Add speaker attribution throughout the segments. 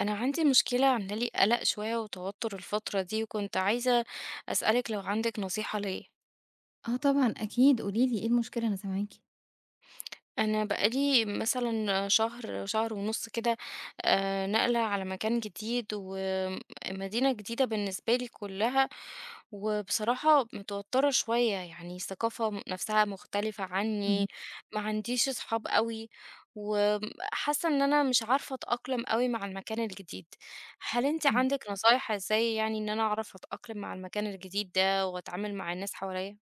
Speaker 1: أنا عندي مشكلة عاملة لي قلق شوية وتوتر الفترة دي وكنت عايزة أسألك لو عندك نصيحة ليا.
Speaker 2: آه طبعًا أكيد، قولي لي إيه المشكلة أنا سامعاكِ.
Speaker 1: أنا بقى لي مثلًا شهر، شهر ونُص كده. ناقلة على مكان جديد ومدينة جديدة بالنسبة لي كُلّها، وبصراحة متوتّرة شوية، يعني الثقافة نَفْسها مختلفة عنّي،
Speaker 2: اهم،
Speaker 1: ما عنديش أصحاب أوي، وحاسّة إن أنا مش عارفة أتأقلم أوي مع المكان الجديد. هل أنتِ
Speaker 2: إمم.
Speaker 1: عندِك نصايح إزاي يعني إن أنا أعرف أتأقلم مع المكان الجديد ده وأتعامل مع الناس حواليّا؟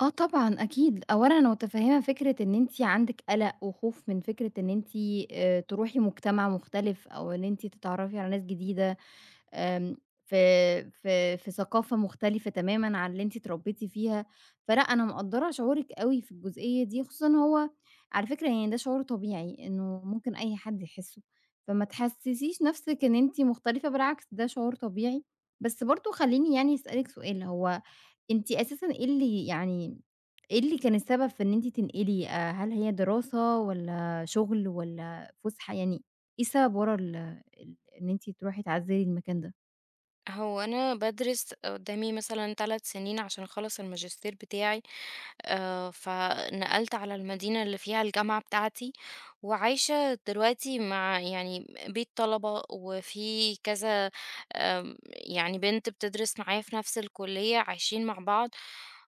Speaker 2: آه طبعًا أكيد، أولًا أنا متفهمة فكرة إن أنتِ عندِك قلق وخوف من فكرة إن أنتِ تروحي مجتمع مختلف أو إن أنتِ تتعرفي على ناس جديدة. آمم، في في ثقافة مختلفة تمامًا عن اللي أنتِ اتربيتِ فيها، فلأ أنا مقدّرة شعورِك أوي في الجزئية دي، خصوصًا هو على فكرة يعني ده شعور طبيعي إنه ممكن أي حد يحسّه، فما تحسّسيش نَفْسِك إن أنتِ مختلفة بالعكس ده شعور طبيعي، بس برضه خلّيني يعني أسألِك سؤال، هو أنتِ أساسًا إيه اللي يعني إيه اللي كان السبب في إن أنتِ تنقلي هل هي دراسة والّا شغل والّا فُسحة، يعني إيه السبب ورا ال ال إن أنتِ تروحي تعزّلي المكان ده؟
Speaker 1: هو أنا بادرس قدامي مثلًا 3 سنين عشان أخلّص الماجستير بتاعي، فنقلت على المدينة اللي فيها الجامعة بتاعتي، وعايشة دلوقتي مع يعني بيت طلبة وفي كذا. يعني بنت بتدرس معايا في نفس الكلية عايشين مع بعض،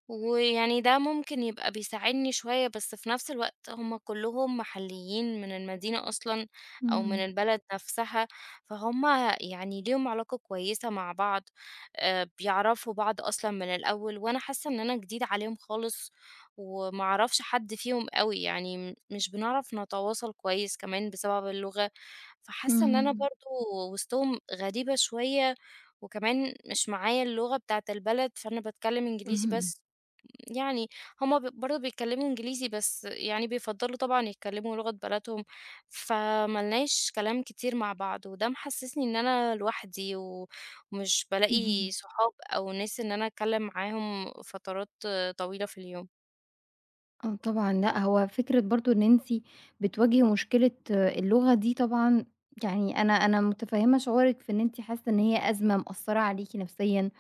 Speaker 1: ويعني ده ممكن يبقى بيساعدني شوية، بس في نفس الوقت هم كلّهم محليين من المدينة أصلًا أو من
Speaker 2: إمم،
Speaker 1: البلد نفسها، فهُم يعني ليهم علاقة كويسة مع بعض، بيعرفوا بعض أصلًا من الأول، وأنا حاسة إن أنا جديدة عليهم خالص وما أعرفش حد فيهم أوي، يعني مش بنعرف نتواصل كويس كمان بسبب اللغة، فحاسة إن أنا
Speaker 2: اهم،
Speaker 1: برضه وسطهم غريبة شوية، وكمان مش معايا اللغة بتاعة البلد، فأنا باتكلم إنجليزي
Speaker 2: اهم،
Speaker 1: بس. يعني هُم برضه بيتكلموا إنجليزي، بس يعني بيفضّلوا طبعًا يتكلموا لغة بلدهم، فما لناش كلام كتير مع بعض، وده محسسني إن أنا لوحدي، و ومش بالاقي
Speaker 2: اهم.
Speaker 1: صحاب أو ناس إن أنا أتكلم معاهم فترات طويلة في اليوم.
Speaker 2: آه طبعًا، لأ هو فكرة برضه إن أنتِ بتواجهي مشكلة اللغة دي طبعًا يعني أنا متفهمة شعورِك في إن أنتِ حاسة إن هي أزمة مأثرة عليكِ نفسيًا،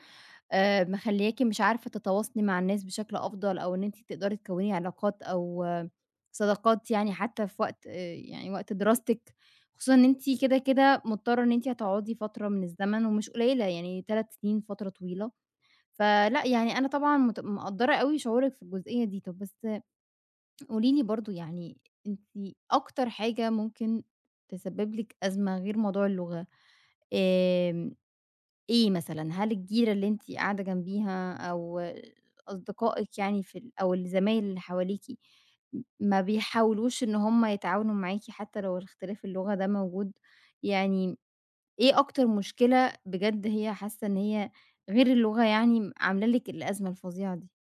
Speaker 2: مخلياكِ مش عارفة تتواصلي مع الناس بشكل أفضل، أو إن أنتِ تقدري تكوني علاقات أو صداقات يعني حتى في وقت يعني وقت دراستِك، خصوصًا إن أنتِ كده كده مضطرة إن أنتِ هتقعدي فترة من الزمن ومش قليلة يعني 3 سنين فترة طويلة. فلأ، يعني أنا طبعًا مقدّرة أوي شعورِك في الجزئية دي. طَب بس قولي لي برضه يعني أنتِ أكتر حاجة ممكن تسبب لِك أزمة غير موضوع اللغة، آمم، إيه مثلًا؟ هل الجيرة اللي أنتِ قاعدة جنبيها أو أصدقائِك يعني في ال أو الزمايل اللي حواليكِ ما بيحاولوش إن هم يتعاونوا معاكِ حتى لو الاختلاف اللغة ده موجود؟ يعني إيه أكتر مشكلة بجد هي حاسة إن هي غير اللغة يعني عاملة لِك الأزمة الفظيعة دي؟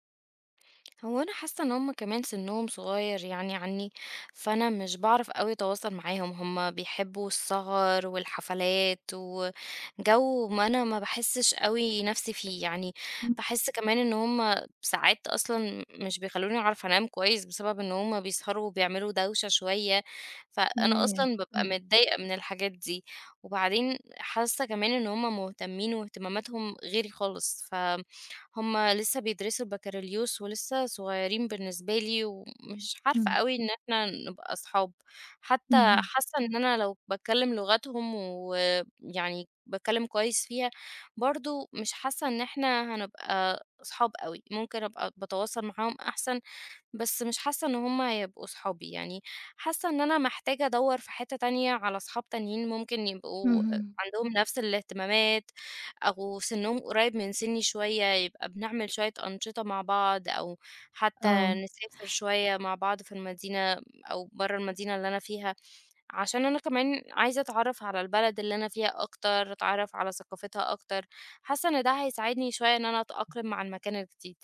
Speaker 1: هو انا حاسه ان هم كمان سنهم صغير يعني عني. فانا مش بعرف قوي اتواصل معاهم. هم بيحبوا السهر والحفلات وجو ما انا ما بحسش قوي نفسي فيه، يعني
Speaker 2: إمم،
Speaker 1: بحس كمان ان هم ساعات اصلا مش بيخلوني اعرف انام كويس بسبب ان هم بيسهروا وبيعملوا دوشه شويه. فانا
Speaker 2: ياه!
Speaker 1: اصلا ببقى
Speaker 2: إمم،
Speaker 1: متضايقه من الحاجات دي. وبعدين حاسه كمان ان هم مهتمين واهتماماتهم غيري خالص. هم لسه بيدرسوا البكالوريوس ولسه صغيرين بالنسبة لي، ومش عارفة
Speaker 2: إمم،
Speaker 1: أوي إن إحنا نبقى أصحاب، حتى
Speaker 2: اهم،
Speaker 1: حاسة إن أنا لو باتكلم لغتهم ويعني باتكلم كويس فيها، برضه مش حاسة إن إحنا هنبقى أصحاب أوي، ممكن أبقى باتواصل معاهم أحسن بس مش حاسة إن هم هيبقوا صحابي، يعني حاسة إن أنا محتاجة أدوّر في حتّة تانية على صحاب تانيين ممكن يبقوا
Speaker 2: اهم.
Speaker 1: عندهم نفس الاهتمامات أو سِنّهم قريب من سِنّي شوية، يبقى بنعمل شوية أنشطة مع بعض أو حتّى
Speaker 2: آه،
Speaker 1: نسافر شوية مع بعض في المدينة أو برّه المدينة اللي أنا فيها، عشان أنا كمان عايزة أتعرّف على البلد اللي أنا فيها أكتر، أتعرّف على ثقافتها أكتر، حاسة إن ده هيساعدني شوية إن أنا أتأقلم مع المكان الجديد.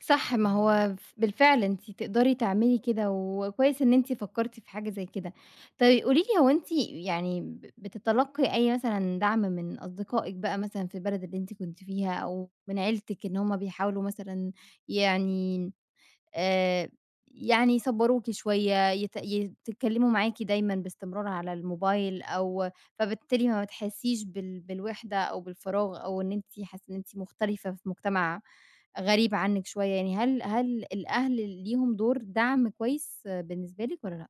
Speaker 2: صح ما هو بالفعل أنتِ تقدري تعملي كده، وكويس إن أنتِ فكّرتِ في حاجة زي كده. طيب قولي لي هو أنتِ يعني بتتلقي أي مثلًا دعم من أصدقائِك بقى مثلًا في البلد اللي أنتِ كنتِ فيها، أو من عيلتِك إن هُم بيحاولوا مثلًا يعني آآ يعني يصبّروكِ شوية، يتكلّموا معاكِ دايمًا باستمرار على الموبايل أو فبالتالي ما بتحسّيش بالوحدة أو بالفراغ أو إن أنتِ حاسّة إن أنتِ مختلفة في مجتمع غريب عنِّك شوية يعني، هل الأهل ليهم دور دعم كويس بالنسبة لِك والّا لأ؟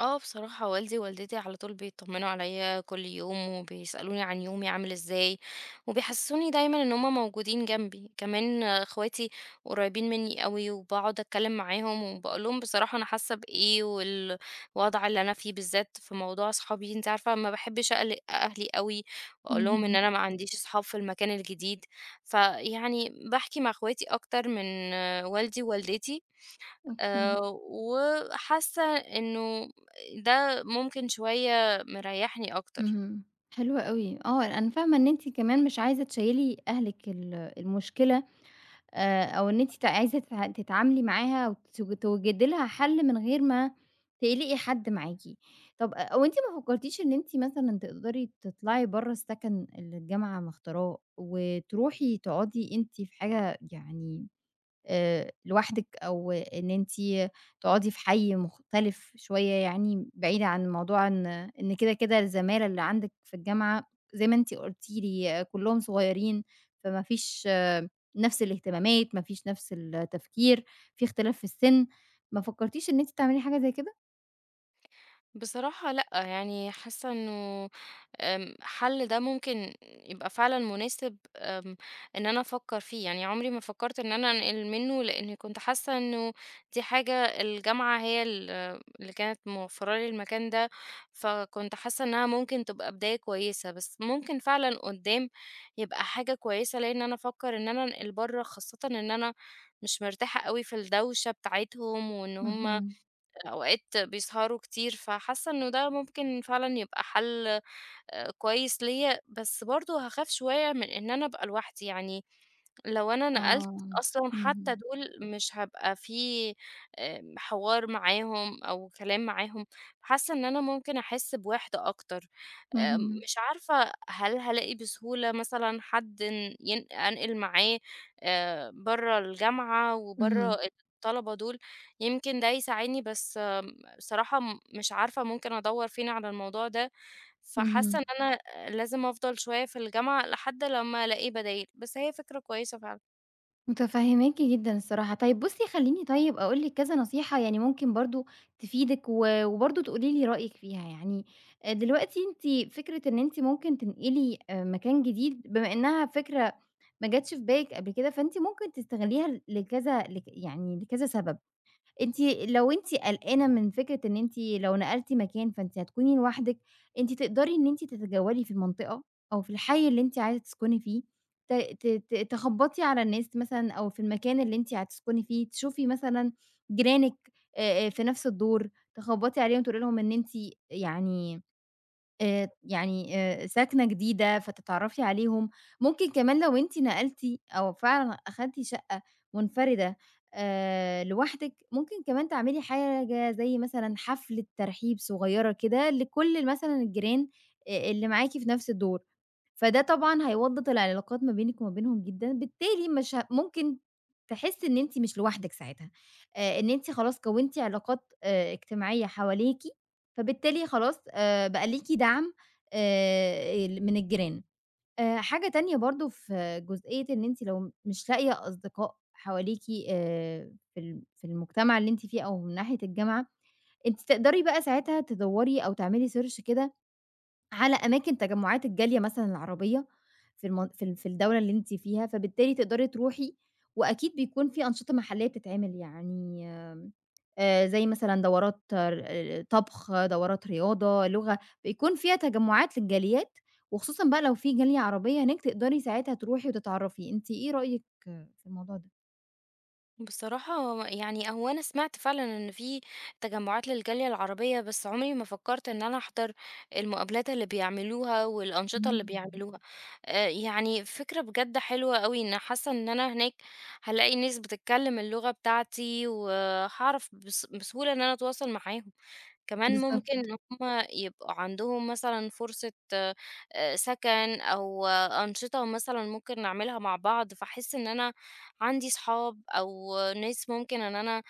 Speaker 1: بصراحة والدي ووالدتي على طول بيطمنوا عليَّ كل يوم، وبيسألوني عن يومي عامل إزاي، وبيحسسوني دايمًا إن هُم موجودين جنبي. كمان اخواتي قريبين مني أوي، وباقعد أتكلم معاهم وباقول لهم بصراحة أنا حاسة بإيه، والوضع اللي أنا فيه بالذات في موضوع أصحابي، أنتِ عارفة ما باحبش أقلق أهلي أوي، وأقول لهم إن
Speaker 2: اهم،
Speaker 1: أنا ما عنديش أصحاب في المكان الجديد. فيعني باحكي مع اخواتي أكتر من والدي ووالدتي.
Speaker 2: أوكي.
Speaker 1: وحاسة إنه ده ممكن شوية مريّحني أكتر.
Speaker 2: اهم، حلو أوي، آه، أنا فاهمة إن أنتِ كمان مش عايزة تشيّلي أهلِك المشكلة أو إن أنتِ عايزة تتعاملي معاها توجدي لها حل من غير ما تقلقي حد معاكِ. طب وأنتِ ما فكرتيش إن أنتِ مثلًا تقدري تطلعي برّه السكن اللي الجامعة مختاراه وتروحي تقعدي أنتِ في حاجة يعني لوحدِك أو إن أنتِ تقعدي في حي مختلف شوية يعني بعيدة عن موضوع إن كده الزمالة اللي عندِك في الجامعة زي ما أنتِ قُلتِ لي كُلّهم صغيرين، فما فيش نفس الاهتمامات، ما فيش نفس التفكير، في اختلاف في السِن، ما فكّرتيش إن أنتِ تعملي حاجة زي كده؟
Speaker 1: بصراحة لأ، يعني حاسة إنه حل ده ممكن يبقى فعلًا مناسب. إن أنا أفكّر فيه، يعني عمري ما فكّرت إن أنا أنقل منه، لإني كنت حاسة إنه دي حاجة الجامعة هي اللي كانت موفّرة لي المكان ده، فكنت حاسة إنها ممكن تبقى بداية كويسة، بس ممكن فعلًا قدّام يبقى حاجة كويسة ليّا إن أنا أفكّر إن أنا أنقل برّه، خاصةً إن أنا مش مرتاحة أوي في الدوشة بتاعتهم، وإن هُم
Speaker 2: اهم،
Speaker 1: أوقات بيسهروا كتير، فحاسة إنه ده ممكن فعلًا يبقى حل كويس ليّا، بس برضه هاخاف شوية من إن أنا أبقى لوحدي، يعني لو أنا نقلت
Speaker 2: آه،
Speaker 1: أصلًا حتى
Speaker 2: اهم،
Speaker 1: دول مش هابقى في حوار معاهم أو كلام معاهم، حاسة إن أنا ممكن أحس بوحدة أكتر.
Speaker 2: اهم،
Speaker 1: مش عارفة هل هالاقي بسهولة مثلًا حد ن ين أنقل معاه برّه الجامعة وبرّه
Speaker 2: اهم،
Speaker 1: الطلبة دول، يمكن ده يساعدني، بس بصراحة مش عارفة ممكن أدوّر فين على الموضوع ده. فحاسة
Speaker 2: اهم.
Speaker 1: إن أنا لازم أفضل شوية في الجامعة لحد لمّا ألاقي بدايل، بس هي فكرة كويسة فعلًا.
Speaker 2: متفهماكِ جدًا الصراحة. طيب بُصّي، خلّيني طيب أقول لِك كذا نصيحة يعني ممكن برضه تفيدِك وبرضه تقولي لي رأيِك فيها. يعني دلوقتي أنتِ فكرة إن أنتِ ممكن تنقلي مكان جديد، بما إنها فكرة ما جاتش في بالِك قبل كده، فأنتِ ممكن تستغلّيها لكذا لك يعني لكذا سبب. أنتِ لو أنتِ قلقانة من فكرة إن أنتِ لو نقلتِ مكان فأنتِ هتكوني لوحدِك، أنتِ تقدري إن أنتِ تتجولي في المنطقة أو في الحي اللي أنتِ عايزة تسكني فيه، ت ت ت تخبطي على الناس مثلًا أو في المكان اللي أنتِ هتسكني فيه، تشوفي مثلًا جيرانِك في نفس الدور، تخبطي عليهم تقولي لهم إن أنتِ يعني يعني ساكنة جديدة فتتعرّفي عليهم، ممكن كمان لو أنتِ نقلتِ أو فعلًا أخدتِ شقة منفردة لوحدِك، ممكن كمان تعملي حاجة زي مثلًا حفلة ترحيب صغيّرة كده لكل مثلًا الجيران اللي معاكِ في نفس الدور، فده طبعًا هيوضّب العلاقات ما بينِك وما بينهم جدًا، بالتالي مش ممكن تحسّي إن أنتِ مش لوحدِك ساعتها، إن أنتِ خلاص كوّنتِ علاقات اجتماعية حواليكِ فبالتالي خلاص بقى ليكِ دعم ال من الجيران. حاجة تانية برضه في جزئية إن أنتِ لو مش لاقية أصدقاء حواليكِ في المجتمع اللي أنتِ فيه أو من ناحية الجامعة، أنتِ تقدري بقى ساعتها تدوّري أو تعملي search كده على أماكن تجمعات الجالية مثلًا العربية في المن في ال في الدولة اللي أنتِ فيها، فبالتالي تقدري تروحي، وأكيد بيكون في أنشطة محلية بتتعمل يعني آمم، زي مثلًا دورات ر آه، طبخ، دورات رياضة، لغة، بيكون فيها تجمعات للجاليات، وخصوصًا بقى لو في جالية عربية هناك تقدري ساعتها تروحي وتتعرفي، أنتِ إيه رأيِك في الموضوع ده؟
Speaker 1: بصراحة يعني هو أنا سمعت فعلًا إن في تجمعات للجالية العربية، بس عمري ما فكرت إن أنا أحضر المقابلات اللي بيعملوها والأنشطة
Speaker 2: إمم،
Speaker 1: اللي بيعملوها. يعني فكرة بجد حلوة أوي، إن حاسة إن أنا هناك هالاقي ناس بتتكلم اللغة بتاعتي، وهاعرف بس بسهولة إن أنا أتواصل معاهم. كمان
Speaker 2: بالضبط،
Speaker 1: ممكن إن هم يبقوا عندهم مثلًا فرصة سكن أو أنشطة مثلًا ممكن نعملها مع بعض، فاحس إن أنا عندي صحاب أو ناس ممكن إن أنا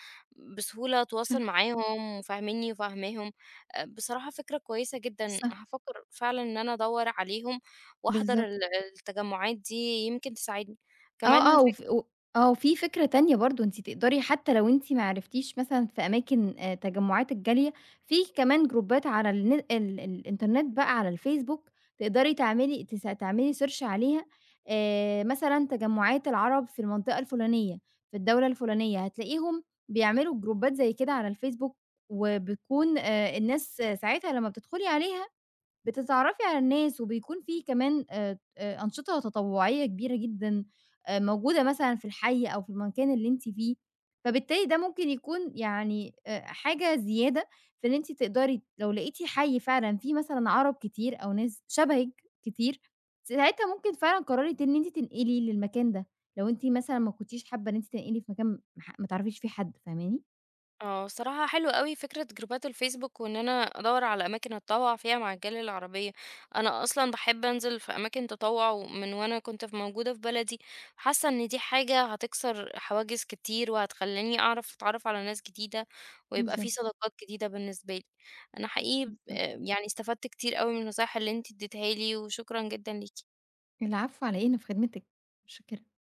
Speaker 1: بسهولة أتواصل
Speaker 2: صح،
Speaker 1: معاهم وفاهمينّي وفاهماهم. بصراحة فكرة كويسة جدًا،
Speaker 2: صح،
Speaker 1: هافكر فعلًا إن أنا أدوّر عليهم وأحضر
Speaker 2: بالضبط.
Speaker 1: التجمعات دي يمكن تساعدني.
Speaker 2: آه،
Speaker 1: كمان
Speaker 2: آه، وف
Speaker 1: فكرة.
Speaker 2: و آه، وفي فكرة تانية برضه أنتِ تقدري حتى لو أنتِ ما عرفتيش مثلًا في أماكن تجمعات الجالية، في كمان جروبات على الن ال الإنترنت بقى على الفيسبوك تقدري تعملي search عليها مثلًا تجمعات العرب في المنطقة الفلانية، في الدولة الفلانية، هتلاقيهم بيعملوا جروبات زي كده على الفيسبوك، وبتكون الناس ساعتها لمّا بتدخلي عليها بتتعرّفي على الناس وبيكون في كمان أنشطة تطوعية كبيرة جدًا موجودة مثلًا في الحي أو في المكان اللي أنتِ فيه، فبالتالي ده ممكن يكون يعني حاجة زيادة في إن أنتِ تقدري لو لقيتِ حي فعلًا فيه مثلًا عَرَب كتير أو ناس شبهِك كتير، ساعتها ممكن فعلًا قررِت إن أنتِ تنقلي للمكان ده، لو أنتِ مثلًا ما كنتيش حابة إن أنتِ تنقلي في مكان ما تعرفيش فيه حد، فاهماني؟
Speaker 1: الصراحة حلو أوي فكرة جروبات الفيسبوك وإن أنا أدور على أماكن أتطوع فيها مع الجالية العربية، أنا أصلا باحب أنزل في أماكن تطوع من وأنا كنت موجودة في بلدي، حاسة إن دي حاجة هتكسر حواجز كتير وهتخليني أعرف أتعرف على ناس جديدة ويبقى في
Speaker 2: بالضبط،
Speaker 1: صداقات جديدة بالنسبة لي، أنا حقيقي
Speaker 2: بالضبط.
Speaker 1: يعني استفدت كتير أوي من النصايح اللي انتي اديتها لي وشكرا جدا ليكي.
Speaker 2: العفو على إيه، أنا في خدمتِك، متشكرة.